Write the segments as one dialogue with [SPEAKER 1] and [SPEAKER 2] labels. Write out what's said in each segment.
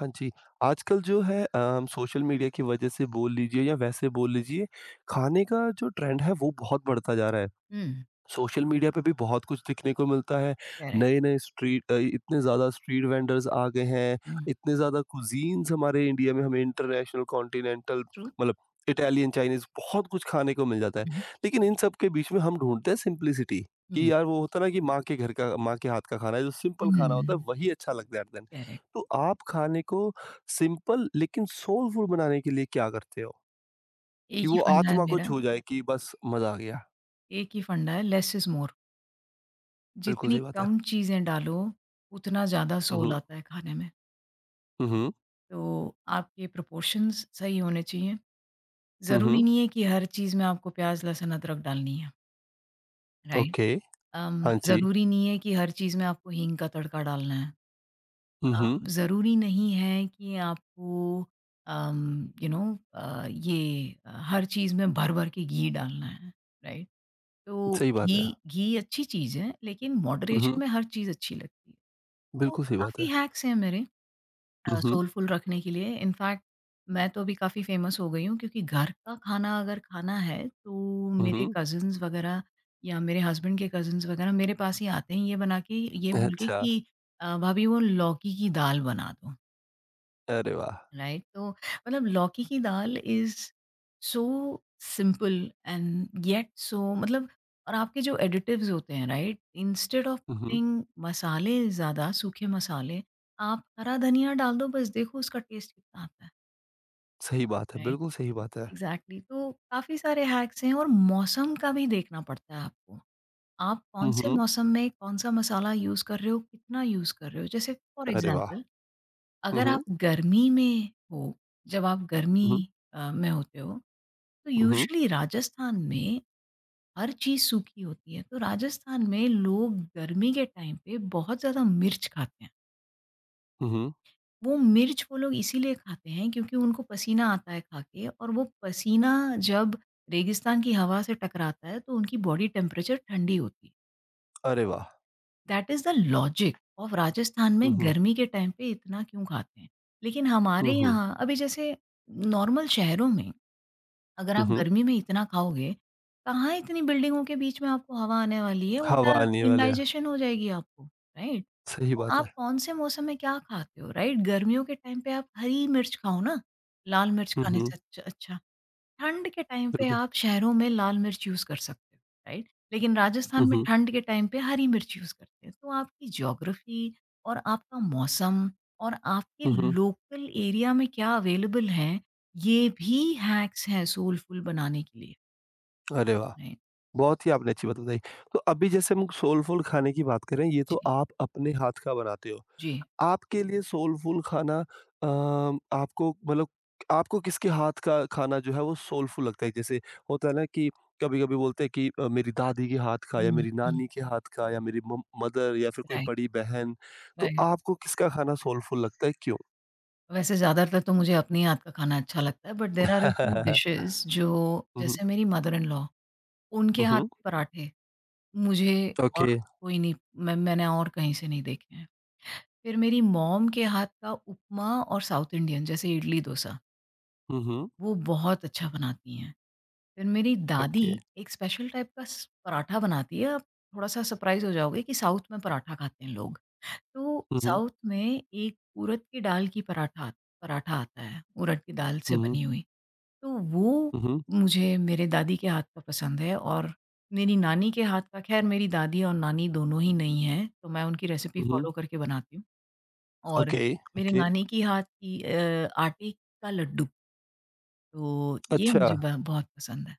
[SPEAKER 1] हाँ जी। आजकल जो है हम सोशल मीडिया की वजह से बोल लीजिए या वैसे बोल लीजिए, खाने का जो ट्रेंड है वो बहुत बढ़ता जा रहा है।
[SPEAKER 2] हुँ,
[SPEAKER 1] सोशल मीडिया पे भी बहुत कुछ दिखने को मिलता है।
[SPEAKER 2] करेक्ट।
[SPEAKER 1] इतने ज़्यादा स्ट्रीट वेंडर्स आ गए हैं,
[SPEAKER 2] हुँ,
[SPEAKER 1] इतने ज़्यादा कुज़ीन्स हमारे इंडिया में हमें इंटरनेशनल, कॉन्टिनेंटल
[SPEAKER 2] ट्रू।
[SPEAKER 1] मतलब इटालियन, चाइनीज़ बहुत कुछ खाने को मिल जाता है।
[SPEAKER 2] हुँ,
[SPEAKER 1] लेकिन इन सब के बीच में हम ढूँढते हैं सिम्प्लिसिटी
[SPEAKER 2] हुँ,
[SPEAKER 1] कि यार वो होता है ना कि माँ के घर का माँ के हाथ का खाना है, जो सिंपल खाना होता है
[SPEAKER 2] हुँ,
[SPEAKER 1] वही अच्छा लगता है हर दिन।
[SPEAKER 2] करेक्ट।
[SPEAKER 1] तो आप खाने को सिंपल लेकिन सोलफुल बनाने के लिए क्या करते हो? कि
[SPEAKER 2] एक ही
[SPEAKER 1] वो
[SPEAKER 2] फंडा है
[SPEAKER 1] आत्मा को
[SPEAKER 2] मेरा,
[SPEAKER 1] छू जाए कि बस मज़ा आ गया।
[SPEAKER 2] एक ही फंडा है लेस इज़ मोर।
[SPEAKER 1] बिल्कुल
[SPEAKER 2] जितनी
[SPEAKER 1] सही बात है।
[SPEAKER 2] कम चीज़ें डालो, उतना ज़्यादा
[SPEAKER 1] हुँ,
[SPEAKER 2] सोल
[SPEAKER 1] हुँ।
[SPEAKER 2] आता है खाने में।
[SPEAKER 1] हुँ, हुँ।
[SPEAKER 2] तो आपके प्रोपोर्शंस सही होने चाहिए।
[SPEAKER 1] हुँ,
[SPEAKER 2] ज़रूरी
[SPEAKER 1] हुँ,
[SPEAKER 2] नहीं है कि हर चीज़ में आपको प्याज़, लहसुन, अदरक डालनी है, राइट?
[SPEAKER 1] ओके, हाँ जी।
[SPEAKER 2] ज़रूरी नहीं है कि हर चीज़ में आपको हींग का तड़का डालना है।
[SPEAKER 1] हुँ,
[SPEAKER 2] अ,
[SPEAKER 1] हुँ,
[SPEAKER 2] ज़रूरी नहीं है कि आपको अम, यू नो अ, ये अ, हर चीज़ में भर-भर के घी डालना है, राइट? तो
[SPEAKER 1] सही बात
[SPEAKER 2] घी
[SPEAKER 1] है।
[SPEAKER 2] घी अच्छी चीज़ है, लेकिन
[SPEAKER 1] हुँ,
[SPEAKER 2] मॉडरेशन
[SPEAKER 1] हुँ,
[SPEAKER 2] में हर चीज़ अच्छी लगती है। तो
[SPEAKER 1] बिल्कुल सही बात
[SPEAKER 2] काफ़ी
[SPEAKER 1] है।
[SPEAKER 2] हैक्स हैं मेरे
[SPEAKER 1] हुँ, हुँ,
[SPEAKER 2] सोलफुल रखने के लिए। इनफैक्ट मैं तो अभी काफ़ी फ़ेमस हो गई हूँ क्योंकि घर का खाना अगर खाना है, तो
[SPEAKER 1] हुँ,
[SPEAKER 2] मेरे
[SPEAKER 1] हुँ,
[SPEAKER 2] कज़िन्स वग़ैरह या मेरे हस्बैंड के कज़िन्स वग़ैरह मेरे पास ही आते हैं ये बना के ये बोल के
[SPEAKER 1] अच्छा,
[SPEAKER 2] कि भाभी वो लौकी की दाल बना दो।
[SPEAKER 1] अरे वाह!
[SPEAKER 2] राइट, तो मतलब लौकी की दाल is so simple and yet so मतलब। और आपके जो एडिटिव्स होते हैं, राइट, इंस्टेड ऑफ
[SPEAKER 1] हुँ, हुँ,
[SPEAKER 2] पुटिंग मसाले ज़्यादा सूखे मसाले आप हरा धनिया डाल दो, बस देखो उसका टेस्ट कितना आता है।
[SPEAKER 1] सही बात है,
[SPEAKER 2] राइट,
[SPEAKER 1] बिल्कुल सही बात है।
[SPEAKER 2] एग्जैक्टली। तो काफ़ी सारे हैक्स हैं और मौसम का भी देखना पड़ता है आपको। आप कौन
[SPEAKER 1] हुँ,
[SPEAKER 2] से
[SPEAKER 1] हुँ,
[SPEAKER 2] मौसम में कौन सा मसाला यूज़ कर रहे हो, कितना यूज़ कर रहे हो, जैसे फॉर
[SPEAKER 1] अरे वाह!
[SPEAKER 2] एग्जाम्पल,
[SPEAKER 1] हुँ,
[SPEAKER 2] अगर आप
[SPEAKER 1] हुँ,
[SPEAKER 2] गर्मी में हो, जब आप गर्मी
[SPEAKER 1] हुँ,
[SPEAKER 2] अ, में होते हो, तो
[SPEAKER 1] हुँ,
[SPEAKER 2] यूजुअली राजस्थान में हर चीज़ सूखी होती है। तो राजस्थान में लोग गर्मी के टाइम पे बहुत ज़्यादा मिर्च खाते हैं।
[SPEAKER 1] हुँ, हुँ,
[SPEAKER 2] वो मिर्च वो लोग इसीलिए खाते हैं क्योंकि उनको पसीना आता है खा के और वो पसीना जब रेगिस्तान की हवा से टकराता है, तो उनकी बॉडी टेम्परेचर ठंडी होती है।
[SPEAKER 1] अरे वाह!
[SPEAKER 2] That is the logic of Rajasthan में
[SPEAKER 1] हुँ, हुँ,
[SPEAKER 2] गर्मी के टाइम पे इतना क्यों खाते हैं। लेकिन हमारे
[SPEAKER 1] हुँ, हुँ,
[SPEAKER 2] यहाँ अभी जैसे नॉर्मल शहरों में अगर
[SPEAKER 1] हुँ,
[SPEAKER 2] आप
[SPEAKER 1] हुँ,
[SPEAKER 2] गर्मी में इतना खाओगे, कहाँ इतनी बिल्डिंगों के बीच में आपको हवा आने वाली है,
[SPEAKER 1] हवा
[SPEAKER 2] उल्टा
[SPEAKER 1] आने वाले हैं,
[SPEAKER 2] इंडाइजेशन हो जाएगी आपको, राइट?
[SPEAKER 1] सही
[SPEAKER 2] तो
[SPEAKER 1] बात
[SPEAKER 2] आप
[SPEAKER 1] है।
[SPEAKER 2] कौन से मौसम में क्या खाते हो, राइट? गर्मियों के टाइम पे आप हरी मिर्च खाओ ना, लाल मिर्च
[SPEAKER 1] हुँ,
[SPEAKER 2] खाने
[SPEAKER 1] हुँ,
[SPEAKER 2] से अच्छा। अच्छा, ठंड के टाइम पे
[SPEAKER 1] बिल्कुल,
[SPEAKER 2] आप शहरों में लाल मिर्च यूज़ कर सकते हो, राइट? लेकिन
[SPEAKER 1] हुँ,
[SPEAKER 2] राजस्थान में
[SPEAKER 1] हुँ,
[SPEAKER 2] ठंड के टाइम पे हरी मिर्च यूज़ करते हैं। तो आपकी ज्योग्राफ़ी और आपका मौसम और आपके
[SPEAKER 1] हुँ, हुँ,
[SPEAKER 2] लोकल एरिया में क्या अवेलेबल है, ये भी हैक्स हैं सोलफुल बनाने के लिए,
[SPEAKER 1] अरे वाह!
[SPEAKER 2] राइट?
[SPEAKER 1] बहुत ही आपने अच्छी बात बताई। तो अभी जैसे हम सोलफुल खाने की बात करें, ये तो
[SPEAKER 2] जी,
[SPEAKER 1] आप अपने हाथ का बनाते हो।
[SPEAKER 2] जी।
[SPEAKER 1] आपके लिए सोलफुल खाना आपको मतलब आपको किसके हाथ का खाना जो है वो सोलफुल लगता है? जैसे होता है ना कि कभी-कभी बोलते हैं कि मेरी दादी के हाथ का
[SPEAKER 2] हुँ,
[SPEAKER 1] या मेरी
[SPEAKER 2] हुँ।
[SPEAKER 1] नानी के हाथ का या मेरी मम मदर या फिर कोई
[SPEAKER 2] राइट,
[SPEAKER 1] बड़ी बहन, तो
[SPEAKER 2] राइट।
[SPEAKER 1] आपको किसका खाना सोलफुल लगता है, क्यों?
[SPEAKER 2] वैसे ज़्यादातर तो मुझे अपने हाथ का खाना अच्छा लगता है, but there are a few dishes जो,
[SPEAKER 1] हुँ, हुँ।
[SPEAKER 2] जैसे मेरी मदर इन लॉ, उनके
[SPEAKER 1] हुँ,
[SPEAKER 2] हाथ
[SPEAKER 1] हुँ।
[SPEAKER 2] के पराठे। मुझे
[SPEAKER 1] ओके।
[SPEAKER 2] और कोई नहीं, मैंने और कहीं से नहीं देखे हैं। फिर मेरी मॉम के हाथ का उपमा और साउथ इंडियन जैसे इडली-डोसा,
[SPEAKER 1] हुँ, हुँ।
[SPEAKER 2] वो बहुत अच्छा बनाती हैं। फिर मेरी दादी
[SPEAKER 1] ओके।
[SPEAKER 2] एक स्पेशल टाइप का स पराठा बनाती है, आप थोड़ा-सा सरप्राइज़ हो जाओगे कि साउथ में पराठा खाते हैं लोग। तो
[SPEAKER 1] हुँ, हुँ।
[SPEAKER 2] साउथ में एक उड़द की दाल की पराठा पराठा आता है, उड़द की दाल से
[SPEAKER 1] हुँ, हुँ।
[SPEAKER 2] बनी हुई। तो वो
[SPEAKER 1] हुँ, हुँ।
[SPEAKER 2] मुझे मेरे दादी के हाथ का पसंद है। और मेरी नानी के हाथ का, ख़ैर मेरी दादी और नानी दोनों ही नहीं हैं, तो मैं उनकी रेसिपी
[SPEAKER 1] हुँ, हुँ।
[SPEAKER 2] फ़ॉलो करके बनाती हूँ। और
[SPEAKER 1] ओके,
[SPEAKER 2] मेरे
[SPEAKER 1] ओके।
[SPEAKER 2] नानी की हाथ की आटे का लड्डू, तो ये
[SPEAKER 1] अच्छा।
[SPEAKER 2] मुझे ब बहुत पसंद है।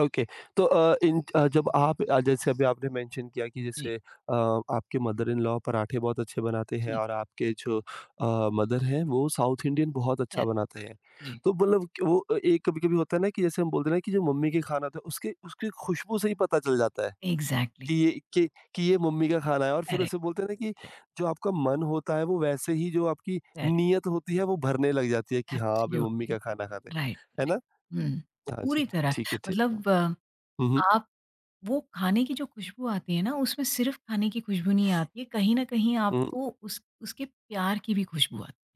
[SPEAKER 1] ओके। तो जब आप जैसे अभी आपने मेंशन किया कि
[SPEAKER 2] जी,
[SPEAKER 1] जैसे आपके मदर इन लॉ पराठे बहुत अच्छे बनाते हैं
[SPEAKER 2] जी,
[SPEAKER 1] और आपके जो मदर हैं वो साउथ इंडियन बहुत अच्छा
[SPEAKER 2] करेक्ट,
[SPEAKER 1] बनाते हैं।
[SPEAKER 2] जी।
[SPEAKER 1] तो मतलब कि वो एक कभी-कभी होता है ना कि जैसे हम बोलते हैं ना कि जो मम्मी के खाना होता है उसके उसकी खुशबू से ही पता चल जाता है
[SPEAKER 2] एग्ज़ैक्टली,
[SPEAKER 1] कि ये कि कि ये मम्मी का खाना है और फिर
[SPEAKER 2] करेक्ट,
[SPEAKER 1] उसे बोलते हैं ना कि
[SPEAKER 2] करेक्ट,
[SPEAKER 1] जो आपका मन होता है वो वैसे ही जो आपकी
[SPEAKER 2] करेक्ट,
[SPEAKER 1] नीयत होती है वो भरने लग जाती है कि हाँ, अभी मम्मी
[SPEAKER 2] एब्सोल्यूटली,
[SPEAKER 1] का खाना खाते हैं।
[SPEAKER 2] राइट,
[SPEAKER 1] है
[SPEAKER 2] राइट।
[SPEAKER 1] ना?
[SPEAKER 2] हुँ,
[SPEAKER 1] हाँ जी।
[SPEAKER 2] पूरी तरह
[SPEAKER 1] ठीक है, ठी
[SPEAKER 2] मतलब
[SPEAKER 1] हुँ, हुँ।
[SPEAKER 2] आप वो खाने की जो खुशबू आती है ना, उसमें सिर्फ़ खाने की खुशबू नहीं आती है, कहीं न कहीं
[SPEAKER 1] हुँ।
[SPEAKER 2] आपको उस उसके प्यार की भी खुशबू आती है।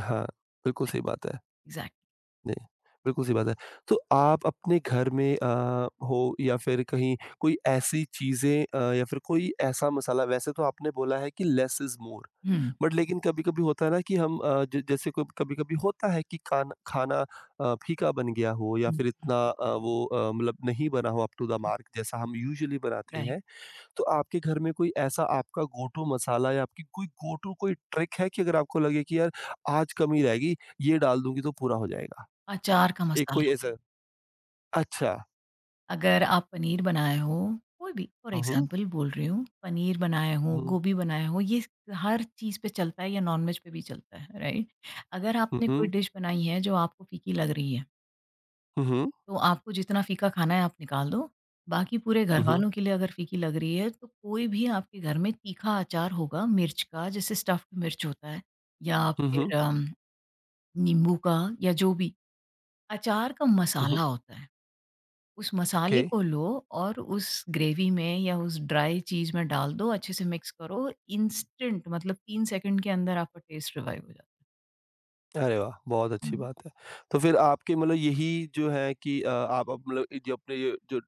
[SPEAKER 1] हाँ, बिल्कुल
[SPEAKER 2] राइट,
[SPEAKER 1] सही बात है।
[SPEAKER 2] एग्ज़ैक्टली।
[SPEAKER 1] नहीं, बिल्कुल सही बात है। तो आप अपने घर में हो या फिर कहीं कोई ऐसी चीज़ें या फिर कोई ऐसा मसाला वैसे तो आपने बोला है कि लेस इज़ मोर
[SPEAKER 2] हुँ।
[SPEAKER 1] बट लेकिन कभी-कभी होता है ना कि हम अ, ज जैसे क कभी-कभी होता है कि कान खाना फीका बन गया हो या
[SPEAKER 2] हुँ,
[SPEAKER 1] फिर
[SPEAKER 2] हुँ।
[SPEAKER 1] इतना वो मतलब नहीं बना हो अप टू द मार्क जैसा हम यूजुअली बनाते
[SPEAKER 2] राइट,
[SPEAKER 1] हैं। तो आपके घर में कोई ऐसा आपका गो टू मसाला या आपकी कोई गो टू कोई ट्रिक है कि अगर आपको लगे कि यार आज कमी रहेगी, ये डाल दूँगी तो पूरा हो जाएगा?
[SPEAKER 2] अचार का
[SPEAKER 1] एक कोई
[SPEAKER 2] मसाला।
[SPEAKER 1] ऐसा अच्छा।
[SPEAKER 2] अगर आप पनीर बनाए हो, कोई भी फॉर
[SPEAKER 1] हुँ, हुँ,
[SPEAKER 2] एग्ज़ाम्पल बोल रही हूँ, पनीर बनाए हो,
[SPEAKER 1] हुँ,
[SPEAKER 2] गोभी बनाए हो, ये हर चीज़ पे चलता है या नॉन-वेज पे भी चलता है, राइट? अगर
[SPEAKER 1] हुँ,
[SPEAKER 2] आपने कोई
[SPEAKER 1] हुँ,
[SPEAKER 2] डिश बनाई है जो आपको फीकी लग रही है,
[SPEAKER 1] हुँ, हुँ,
[SPEAKER 2] तो आपको जितना फीका खाना है आप निकाल दो, बाकी पूरे
[SPEAKER 1] हुँ, हुँ,
[SPEAKER 2] घरवालों के लिए अगर फीकी लग रही है तो कोई भी आपके घर में तीखा अचार होगा, मिर्च का, जैसे स्टफ्ड मिर्च होता है या
[SPEAKER 1] हुँ, हुँ,
[SPEAKER 2] फिर नींबू का, या जो भी, अचार का
[SPEAKER 1] हुँ,
[SPEAKER 2] मसाला होता है। उस
[SPEAKER 1] ओके।
[SPEAKER 2] मसाले को लो और उस ग्रेवी में या उस ड्राई चीज़ में डाल दो, अच्छे से मिक्स करो, इंस्टेंट मतलब 3 सेकंड के अंदर आपका टेस्ट रिवाइव हो जाता है।
[SPEAKER 1] अरे वाह! बहुत
[SPEAKER 2] हुँ।
[SPEAKER 1] अच्छी बात है। तो फिर आपके मतलब यही जो है कि आप अब मतलब ये जो अपने ये जो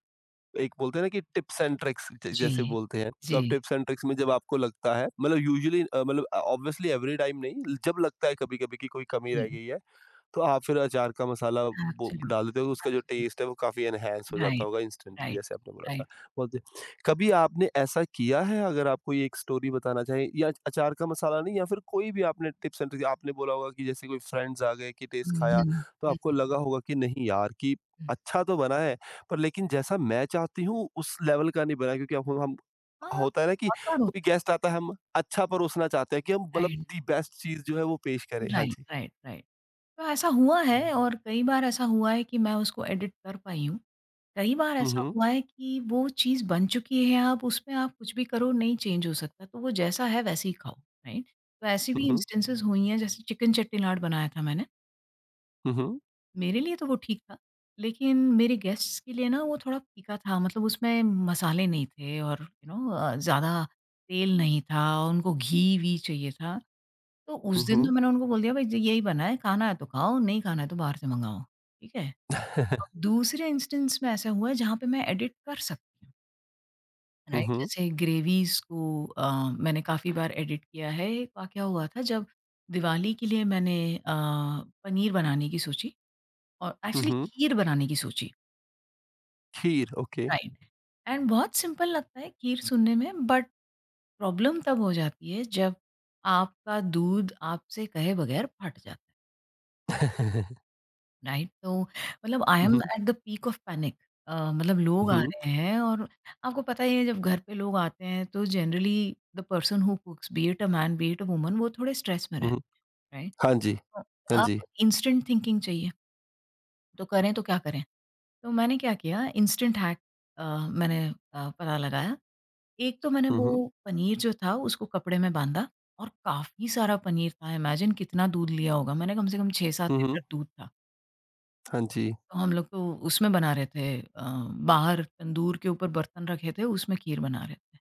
[SPEAKER 1] एक बोलते हैं ना कि टिप्स एंड ट्रिक्स ज
[SPEAKER 2] जी,
[SPEAKER 1] जैसे बोलते हैं, तो अब
[SPEAKER 2] जी,
[SPEAKER 1] टिप्स एंड ट्रिक्स में जब आपको लगता है मतलब यूजुअली मतलब ऑब्वियसली एवरी टाइम नहीं, जब लगता है कभी-कभी कि कोई कमी रह
[SPEAKER 2] जी,
[SPEAKER 1] गई है तो आप फिर अचार का मसाला वो
[SPEAKER 2] एब्सोल्यूट,
[SPEAKER 1] डाल देते हो, उसका जो
[SPEAKER 2] एब्सोल्यूट।
[SPEAKER 1] टेस्ट है वो काफ़ी एनहांस हो जाता
[SPEAKER 2] राइट,
[SPEAKER 1] होगा इंस्टेंटली
[SPEAKER 2] राइट,
[SPEAKER 1] जैसे आपने बोला था।
[SPEAKER 2] राइट।
[SPEAKER 1] बहुत ही कभी आपने ऐसा किया है अगर आप कोई एक स्टोरी बताना चाहें या अचार का मसाला नहीं या फिर कोई भी आपने टिप्स एंड ट्रिक आपने बोला होगा कि जैसे कोई फ्रेंड्स आ गए कि टेस्ट
[SPEAKER 2] हुँ,
[SPEAKER 1] खाया
[SPEAKER 2] हुँ।
[SPEAKER 1] तो आपको
[SPEAKER 2] हुँ,
[SPEAKER 1] लगा होगा कि नहीं यार कि
[SPEAKER 2] हुँ।
[SPEAKER 1] अच्छा तो बना है पर लेकिन जैसा मैं चाहती हूँ उस लेवल का नहीं बना क्योंकि अब हम
[SPEAKER 2] हाँ,
[SPEAKER 1] होता है ना कि
[SPEAKER 2] बहुत बार
[SPEAKER 1] कोई
[SPEAKER 2] होता है।
[SPEAKER 1] गेस्ट आता है हम अच्छा परोसना चाहते हैं कि हम मतलब
[SPEAKER 2] राइट,
[SPEAKER 1] दी बेस्ट चीज़ जो है वो पेश करें। हाँ
[SPEAKER 2] राइट,
[SPEAKER 1] जी।
[SPEAKER 2] Right, right. तो ऐसा हुआ है, और कई बार ऐसा हुआ है कि मैं उसको एडिट कर पाई हूँ। कई बार
[SPEAKER 1] हुँ,
[SPEAKER 2] ऐसा
[SPEAKER 1] हुँ।
[SPEAKER 2] हुआ है कि वो चीज़ बन चुकी है, आप कुछ भी करो नहीं चेंज हो सकता, तो वो जैसा है वैसे ही खाओ, राइट? तो ऐसी
[SPEAKER 1] हुँ,
[SPEAKER 2] भी
[SPEAKER 1] हुँ।
[SPEAKER 2] इंस्टेंसेस हुई हैं, जैसे चिकन चट्टीलाट बनाया था मैंने।
[SPEAKER 1] हुँ, हुँ।
[SPEAKER 2] मेरे लिए तो वो ठीक था, लेकिन मेरे गेस्ट्स के लिए ना वो थोड़ा फीका था, मतलब उसमें मसाले नहीं थे और यू नो ज़्यादा तेल नहीं था, और उनको घी-वी चाहिए था। तो उस दिन तो
[SPEAKER 1] Mhm.
[SPEAKER 2] मैंने उनको बोल दिया, "भई ज यही बना है, खाना है तो खाओ, नहीं खाना है तो बाहर से मँगाओ।" ठीक है? अब दूसरे इंस्टेंस में ऐसा हुआ है जहाँ पे मैं एडिट कर सकती हूँ, राइट?
[SPEAKER 1] Mhm,
[SPEAKER 2] जैसे ग्रेवीज़ को मैंने काफ़ी बार एडिट किया है। एक वाकया हुआ था, जब दिवाली के लिए मैंने पनीर बनाने की सोची और एक्चुअली
[SPEAKER 1] mhm,
[SPEAKER 2] खीर बनाने की सोची।
[SPEAKER 1] खीर, ओके।
[SPEAKER 2] राइट, एंड बहुत सिंपल लगता है खीर सुनने में, बट प्रॉब्लम तब हो जाती है जब आपका दूध आपसे कहे बगैर फट जाता है। राइट, तो मतलब आई एम
[SPEAKER 1] हुँ,
[SPEAKER 2] at the peak of panic. मतलब लोग आ
[SPEAKER 1] हुँ,
[SPEAKER 2] रहे हैं और आपको पता ही है जब घर पे लोग आते हैं तो generally the person who cooks, be it a man be it a woman, वो थोड़े स्ट्रेस में
[SPEAKER 1] हुँ,
[SPEAKER 2] रहते हैं, राइट?
[SPEAKER 1] हाँ जी, हाँ जी।
[SPEAKER 2] आप इंस्टेंट थिंकिंग चाहिए, तो करें तो क्या करें? तो मैंने क्या किया इंस्टेंट हैक, अ, मैंने पता लगाया। एक तो मैंने वो
[SPEAKER 1] हुँ,
[SPEAKER 2] पनीर जो था उसको कपड़े में बाँधा, और काफ़ी सारा पनीर था, इमेजिन कितना दूध लिया होगा मैंने, कम से कम 6-7 लीटर
[SPEAKER 1] हुँ,
[SPEAKER 2] दूध था।
[SPEAKER 1] हाँ जी।
[SPEAKER 2] तो हम लोग तो उसमें बना रहे थे बाहर तंदूर के ऊपर बर्तन रखे थे उसमें खीर बना रहे थे।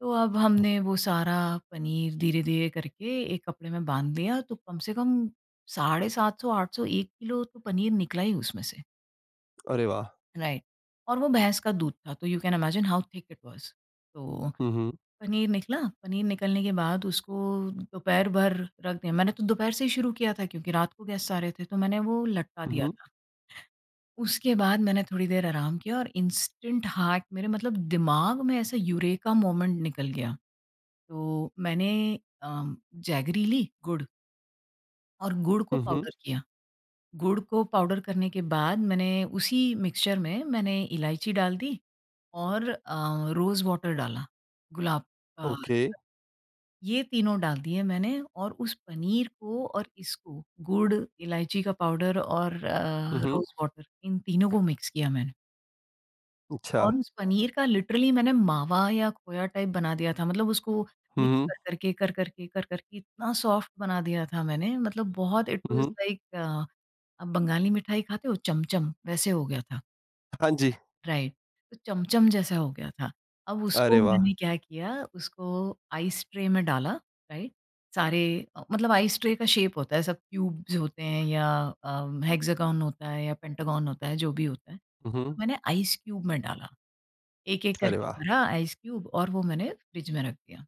[SPEAKER 2] तो अब हमने वो सारा पनीर धीरे-धीरे करके एक कपड़े में बाँध दिया, तो कम से कम 750 800 1 किलो तो पनीर निकला ही उसमें से।
[SPEAKER 1] अरे वाह!
[SPEAKER 2] राइट, और वो भैंस का दूध था तो you can imagine how thick it was. तो
[SPEAKER 1] हुँ, हुँ,
[SPEAKER 2] पनीर निकलने के बाद उसको दोपहर भर रख दिया मैंने, तो दोपहर से ही शुरू किया था क्योंकि रात को गेस्ट आ रहे थे, तो मैंने वो लटका दिया था। उसके बाद मैंने थोड़ी देर आराम किया और इंस्टेंट हार्ट मेरे मतलब दिमाग में ऐसा यूरेका मोमेंट निकल गया। तो मैंने अम, जैगरी ली, गुड़, और गुड़ को
[SPEAKER 1] हुँ,
[SPEAKER 2] पाउडर किया। गुड़ को पाउडर करने के बाद मैंने उसी मिक्सचर में मैंने इलायची डाल दी और रोज़ वाटर डाला, गुलाब का।
[SPEAKER 1] ओके।
[SPEAKER 2] ये तीनों डाल दिए मैंने, और उस पनीर को और इसको गुड़, इलायची का पाउडर और
[SPEAKER 1] हुँ,
[SPEAKER 2] रोज़ वाटर, इन तीनों को मिक्स किया मैंने।
[SPEAKER 1] अच्छा।
[SPEAKER 2] और उस पनीर का लिटरली मैंने मावा या खोया टाइप बना दिया था, मतलब उसको मिक्स
[SPEAKER 1] हुँ,
[SPEAKER 2] कर कर के, कर कर के, कर कर के इतना सॉफ्ट बना दिया था मैंने, मतलब बहुत, इट वाज़
[SPEAKER 1] हुँ,
[SPEAKER 2] लाइक अ, अब बंगाली मिठाई खाते हो चमचम? वैसे हो गया था,
[SPEAKER 1] हाँ जी।
[SPEAKER 2] राइट। तो चमचम जैसा हो गया था। अब उसको
[SPEAKER 1] अरे वाह!
[SPEAKER 2] मैंने क्या किया, उसको आइस ट्रे में डाला, राइट। सारे मतलब आइस ट्रे का शेप होता है, सब क्यूब्स होते हैं या हेक्सागॉन होता है या पेंटागॉन होता है, जो भी होता है।
[SPEAKER 1] हुँ,
[SPEAKER 2] तो मैंने आइस क्यूब में डाला, एक-एक
[SPEAKER 1] अरे
[SPEAKER 2] करके
[SPEAKER 1] वाह!
[SPEAKER 2] भरा आइस क्यूब, और वो मैंने फ्रिज में रख दिया।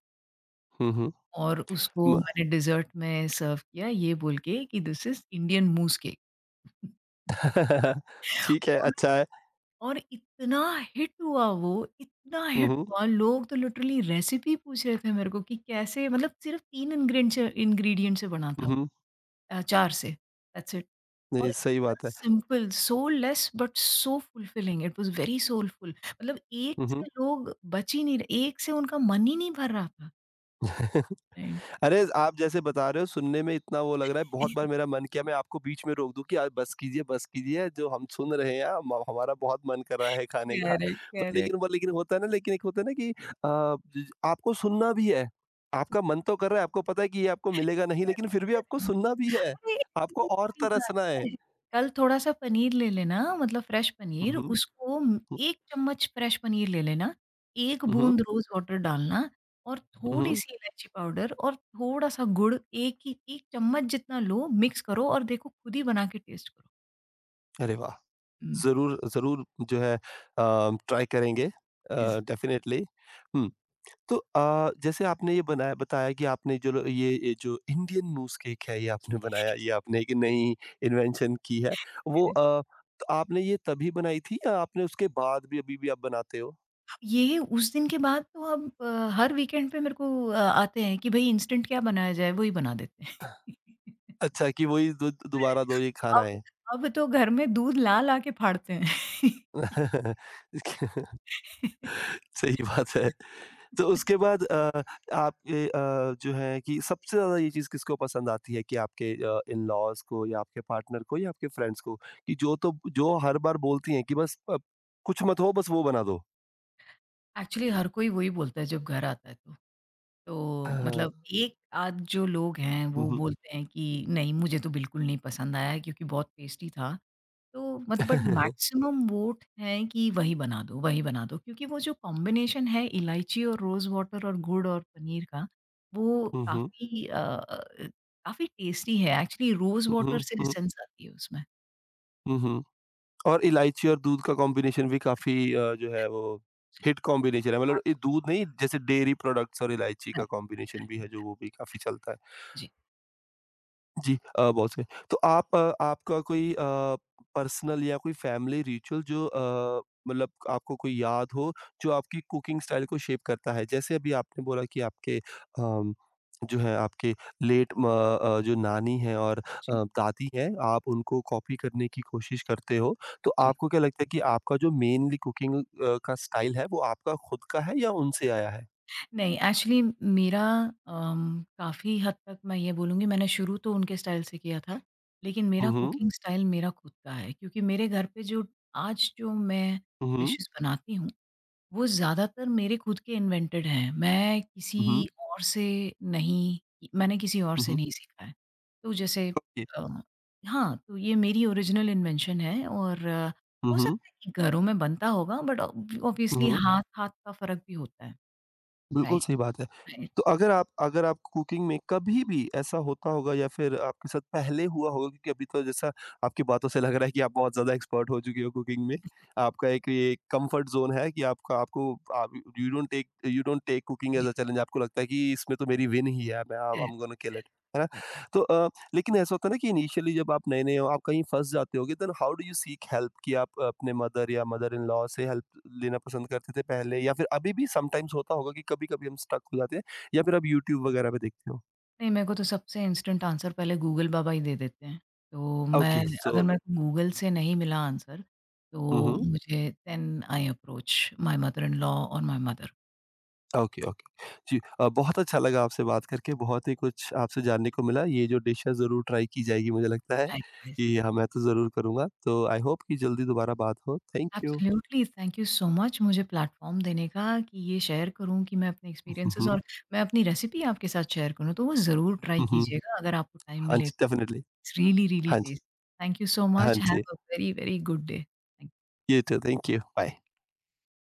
[SPEAKER 1] हुँ,
[SPEAKER 2] और उसको
[SPEAKER 1] म
[SPEAKER 2] मैंने डिज़र्ट में सर्व किया, ये बोल के कि this is Indian mousse cake.
[SPEAKER 1] ठीक है, अच्छा है।
[SPEAKER 2] और इतना हिट हुआ वो, इतना
[SPEAKER 1] हुँ,
[SPEAKER 2] हिट
[SPEAKER 1] हुँ,
[SPEAKER 2] हुआ, लोग तो लिटरली रेसिपी पूछ रहे थे मेरे को, कि कैसे, मतलब सिर्फ़ 3 इंग्रीडिएंट से बना था,
[SPEAKER 1] हुँ,
[SPEAKER 2] 4 से, दैट्स इट। और
[SPEAKER 1] नहीं सही
[SPEAKER 2] इतना
[SPEAKER 1] बात है।
[SPEAKER 2] Simple, so less but so fulfilling, it was very soulful, मतलब एक
[SPEAKER 1] हुँ,
[SPEAKER 2] से
[SPEAKER 1] हुँ।
[SPEAKER 2] लोग बच ही नहीं रहे, एक से उनका मन ही नहीं भर रहा था। राइट।
[SPEAKER 1] अरे! आप जैसे बता रहे हो सुनने में इतना वो लग रहा है बहुत बार मेरा मन किया मैं आपको बीच में रोक दूँ कि आप बस कीजिए जो हम सुन रहे हैं हम हमारा बहुत मन कर रहा है खाने का।
[SPEAKER 2] करेक्ट,
[SPEAKER 1] पर
[SPEAKER 2] करेक्ट।
[SPEAKER 1] लेकिन वो लेकिन होता है ना लेकिन एक होता है ना कि अ, ज आपको सुनना भी है। आपका मन तो कर रहा है, आपको पता है कि ये आपको मिलेगा नहीं
[SPEAKER 2] करेक्ट,
[SPEAKER 1] लेकिन फिर भी
[SPEAKER 2] करेक्ट।
[SPEAKER 1] आपको सुनना भी है।
[SPEAKER 2] अरे! ऐसी
[SPEAKER 1] आपको
[SPEAKER 2] कोई
[SPEAKER 1] और
[SPEAKER 2] बड़ी बात
[SPEAKER 1] तरसना है।
[SPEAKER 2] है? कल थोड़ा-सा पनीर ले लेना, मतलब फ्रेश
[SPEAKER 1] हुँ,
[SPEAKER 2] पनीर,
[SPEAKER 1] हुँ।
[SPEAKER 2] उसको 1 चम्मच फ्रेश पनीर ले लेना, 1
[SPEAKER 1] हुँ, हुँ,
[SPEAKER 2] बूंद रोज़ वाटर डालना और
[SPEAKER 1] हुँ।
[SPEAKER 2] थोड़ी-सी इलायची पाउडर और थोड़ा-सा गुड़, 1 चम्मच जितना लो, मिक्स करो और देखो खुद ही बना के टेस्ट करो।
[SPEAKER 1] अरे वाह!
[SPEAKER 2] हुँ,
[SPEAKER 1] ज़रूर, ज़रूर जो है ट्राई करेंगे
[SPEAKER 2] यस।
[SPEAKER 1] डेफ़िनेटली। हुँ। तो जैसे आपने ये बनाया बताया कि आपने जो लो ये जो इंडियन मूज़ केक है ये
[SPEAKER 2] जी,
[SPEAKER 1] आपने बनाया, ये आपने एक नई इन्वेंशन की है। वो
[SPEAKER 2] अरे!
[SPEAKER 1] तो आपने ये तभी बनाई थी या आपने उसके बाद भी अभी भी आप बनाते हो?
[SPEAKER 2] ये उस दिन के बाद तो अब हर वीकेंड पे मेरे को आते हैं कि भई इंस्टेंट क्या बनाया जाए? वही बना देते हैं।
[SPEAKER 1] अच्छा कि वही दो दोबारा दो ये खाना
[SPEAKER 2] अब
[SPEAKER 1] है।
[SPEAKER 2] अब तो घर में दूध ला-ला के फाड़ते हैं।
[SPEAKER 1] सही बात है। तो उसके बाद आपके जो है कि सबसे ज़्यादा ये चीज़ किसको पसंद आती है कि आपके इन-लॉज़ को या आपके पार्टनर को या आपके फ्रेंड्स को? कि जो तो जो हर बार बोलती हैं कि बस कुछ मत हो बस वो बना दो।
[SPEAKER 2] एक्चुअली हर कोई वही बोलता है जब घर आता है तो। तो
[SPEAKER 1] हाँ।
[SPEAKER 2] मतलब एक आध जो लोग हैं
[SPEAKER 1] हुँ,
[SPEAKER 2] वो
[SPEAKER 1] हुँ।
[SPEAKER 2] बोलते हैं कि नहीं मुझे तो बिल्कुल नहीं पसंद आया क्योंकि बहुत टेस्टी था। तो मत बट मैक्सिमम वोट हैं कि वही बना दो, वही बना दो। क्योंकि वो जो कॉम्बिनेशन है इलायची और रोज़ वाटर और गुड़ और पनीर का, वो
[SPEAKER 1] हुँ, हुँ।
[SPEAKER 2] काफ़ी काफ़ी टेस्टी है। एक्चुअली रोज़
[SPEAKER 1] हुँ,
[SPEAKER 2] वाटर
[SPEAKER 1] हुँ,
[SPEAKER 2] से
[SPEAKER 1] हुँ,
[SPEAKER 2] एसेंस आती है उसमें।
[SPEAKER 1] हुँ, हुँ। और इलायची और दूध का कॉम्बिनेशन भी काफ़ी जो है वो
[SPEAKER 2] जी।
[SPEAKER 1] हिट कॉम्बिनेशन है। मतलब ये दूध नहीं जैसे डेयरी प्रोडक्ट्स और इलायची का
[SPEAKER 2] हाँ,
[SPEAKER 1] कॉम्बिनेशन भी है जो वो भी काफ़ी चलता है।
[SPEAKER 2] जी,
[SPEAKER 1] जी बहुत सही। तो आप आपका कोई पर्सनल या कोई फैमिली रिचुअल जो मतलब आपको कोई याद हो, जो आपकी कुकिंग स्टाइल को शेप करता है? जैसे अभी आपने बोला कि आपके अम, जो है आपके जो नानी हैं और
[SPEAKER 2] जी,
[SPEAKER 1] दादी हैं, आप उनको कॉपी करने की कोशिश करते हो। तो
[SPEAKER 2] जी।
[SPEAKER 1] आपको क्या लगता है कि आपका जो मेनली कुकिंग का स्टाइल है, वो आपका खुद का है या उनसे आया है?
[SPEAKER 2] नहीं, एक्चुअली मेरा काफ़ी हद तक मैं ये बोलूँगी मैंने शुरू तो उनके स्टाइल से किया था, लेकिन मेरा
[SPEAKER 1] हुँ, हुँ।
[SPEAKER 2] कुकिंग स्टाइल मेरा खुद का है क्योंकि मेरे घर पे जो आज जो मैं
[SPEAKER 1] हुँ, हुँ।
[SPEAKER 2] डिशेज़ बनाती हूँ वो ज़्यादातर मेरे खुद के इन्वेंटेड हैं।
[SPEAKER 1] हुँ, हुँ।
[SPEAKER 2] और से नहीं मैंने किसी और
[SPEAKER 1] हुँ,
[SPEAKER 2] से
[SPEAKER 1] हुँ।
[SPEAKER 2] नहीं सीखा है। तो जैसे अ, हाँ, तो ये मेरी ओरिजिनल इन्वेंशन है और
[SPEAKER 1] हुँ,
[SPEAKER 2] हो
[SPEAKER 1] हुँ।
[SPEAKER 2] सकता है कि घरों में बनता होगा बट ऑब
[SPEAKER 1] हुँ,
[SPEAKER 2] ऑब्वियसली
[SPEAKER 1] हुँ।
[SPEAKER 2] हाथ-हाथ का फ़र्क भी होता है।
[SPEAKER 1] बिल्कुल
[SPEAKER 2] राइट,
[SPEAKER 1] सही बात है।
[SPEAKER 2] राइट।
[SPEAKER 1] तो अगर आप कुकिंग में कभी भी ऐसा होता होगा या फिर आपके साथ पहले हुआ होगा क्योंकि अभी तो जैसा आपकी बातों से लग रहा है कि आप बहुत ज़्यादा एक्सपर्ट हो चुकी हो कुकिंग में। आपका एक ये कंफर्ट ज़ोन है कि आपका आपको आप यू डोंट टेक कुकिंग
[SPEAKER 2] जी,
[SPEAKER 1] एज़ अ चैलेंज, आपको लगता है कि इसमें तो मेरी विन ही है, मैं I
[SPEAKER 2] correct,
[SPEAKER 1] am gonna kill
[SPEAKER 2] correct,
[SPEAKER 1] it, है ना?
[SPEAKER 2] करेक्ट।
[SPEAKER 1] तो अ लेकिन ऐसा होता है ना कि इनिशियली जब आप नए-नए हो, आप कहीं फँस जाते होगे then how do you seek help कि आप अपने मदर या मदर इन लॉ से हेल्प लेना पसंद करते थे पहले या फिर अभी भी समटाइम्स होता होगा कि कभी-कभी हम स्टक हो जाते हैं या फिर आप यूट्यूब वगैरह पे देखते हो?
[SPEAKER 2] नहीं, मेरे को तो सबसे इंस्टेंट आंसर पहले गूगल बाबा ही दे देते हैं। तो मैं
[SPEAKER 1] ओके
[SPEAKER 2] अच्छा।
[SPEAKER 1] सो
[SPEAKER 2] अगर मेरे को गूगल से नहीं मिला आंसर,
[SPEAKER 1] हुँ,
[SPEAKER 2] तो
[SPEAKER 1] हुँ।
[SPEAKER 2] मुझे then I approach my mother in law और माय मदर।
[SPEAKER 1] Okay, okay. जी बहुत अच्छा लगा आपसे बात करके, बहुत ही कुछ आपसे जानने को मिला। ये जो डिश है ज़रूर ट्राई की जाएगी मुझे लगता है
[SPEAKER 2] लाइकवाइज़।
[SPEAKER 1] कि हाँ, मैं तो ज़रूर करूँगा। तो आई होप कि जल्दी दोबारा बात हो। Thank you.
[SPEAKER 2] Absolutely, thank you so much मुझे प्लेटफ़ॉर्म देने का कि ये शेयर करूँ कि मैं अपने
[SPEAKER 1] हुँ,
[SPEAKER 2] एक्सपीरियंसेज़
[SPEAKER 1] हुँ।
[SPEAKER 2] और मैं अपनी रेसिपी आपके साथ शेयर करूँ, तो वो ज़रूर ट्राई
[SPEAKER 1] हुँ, हुँ।
[SPEAKER 2] कीजिएगा अगर आपको टाइम
[SPEAKER 1] हाँ
[SPEAKER 2] मिले।
[SPEAKER 1] जी, डेफिनिटली।
[SPEAKER 2] इट्स रियली, रियली
[SPEAKER 1] हाँ जी।
[SPEAKER 2] टेस्टी। थैंक यू सो
[SPEAKER 1] हाँ
[SPEAKER 2] मच, हैव
[SPEAKER 1] जी।
[SPEAKER 2] A very, very good day.
[SPEAKER 1] You too. Thank you. Bye.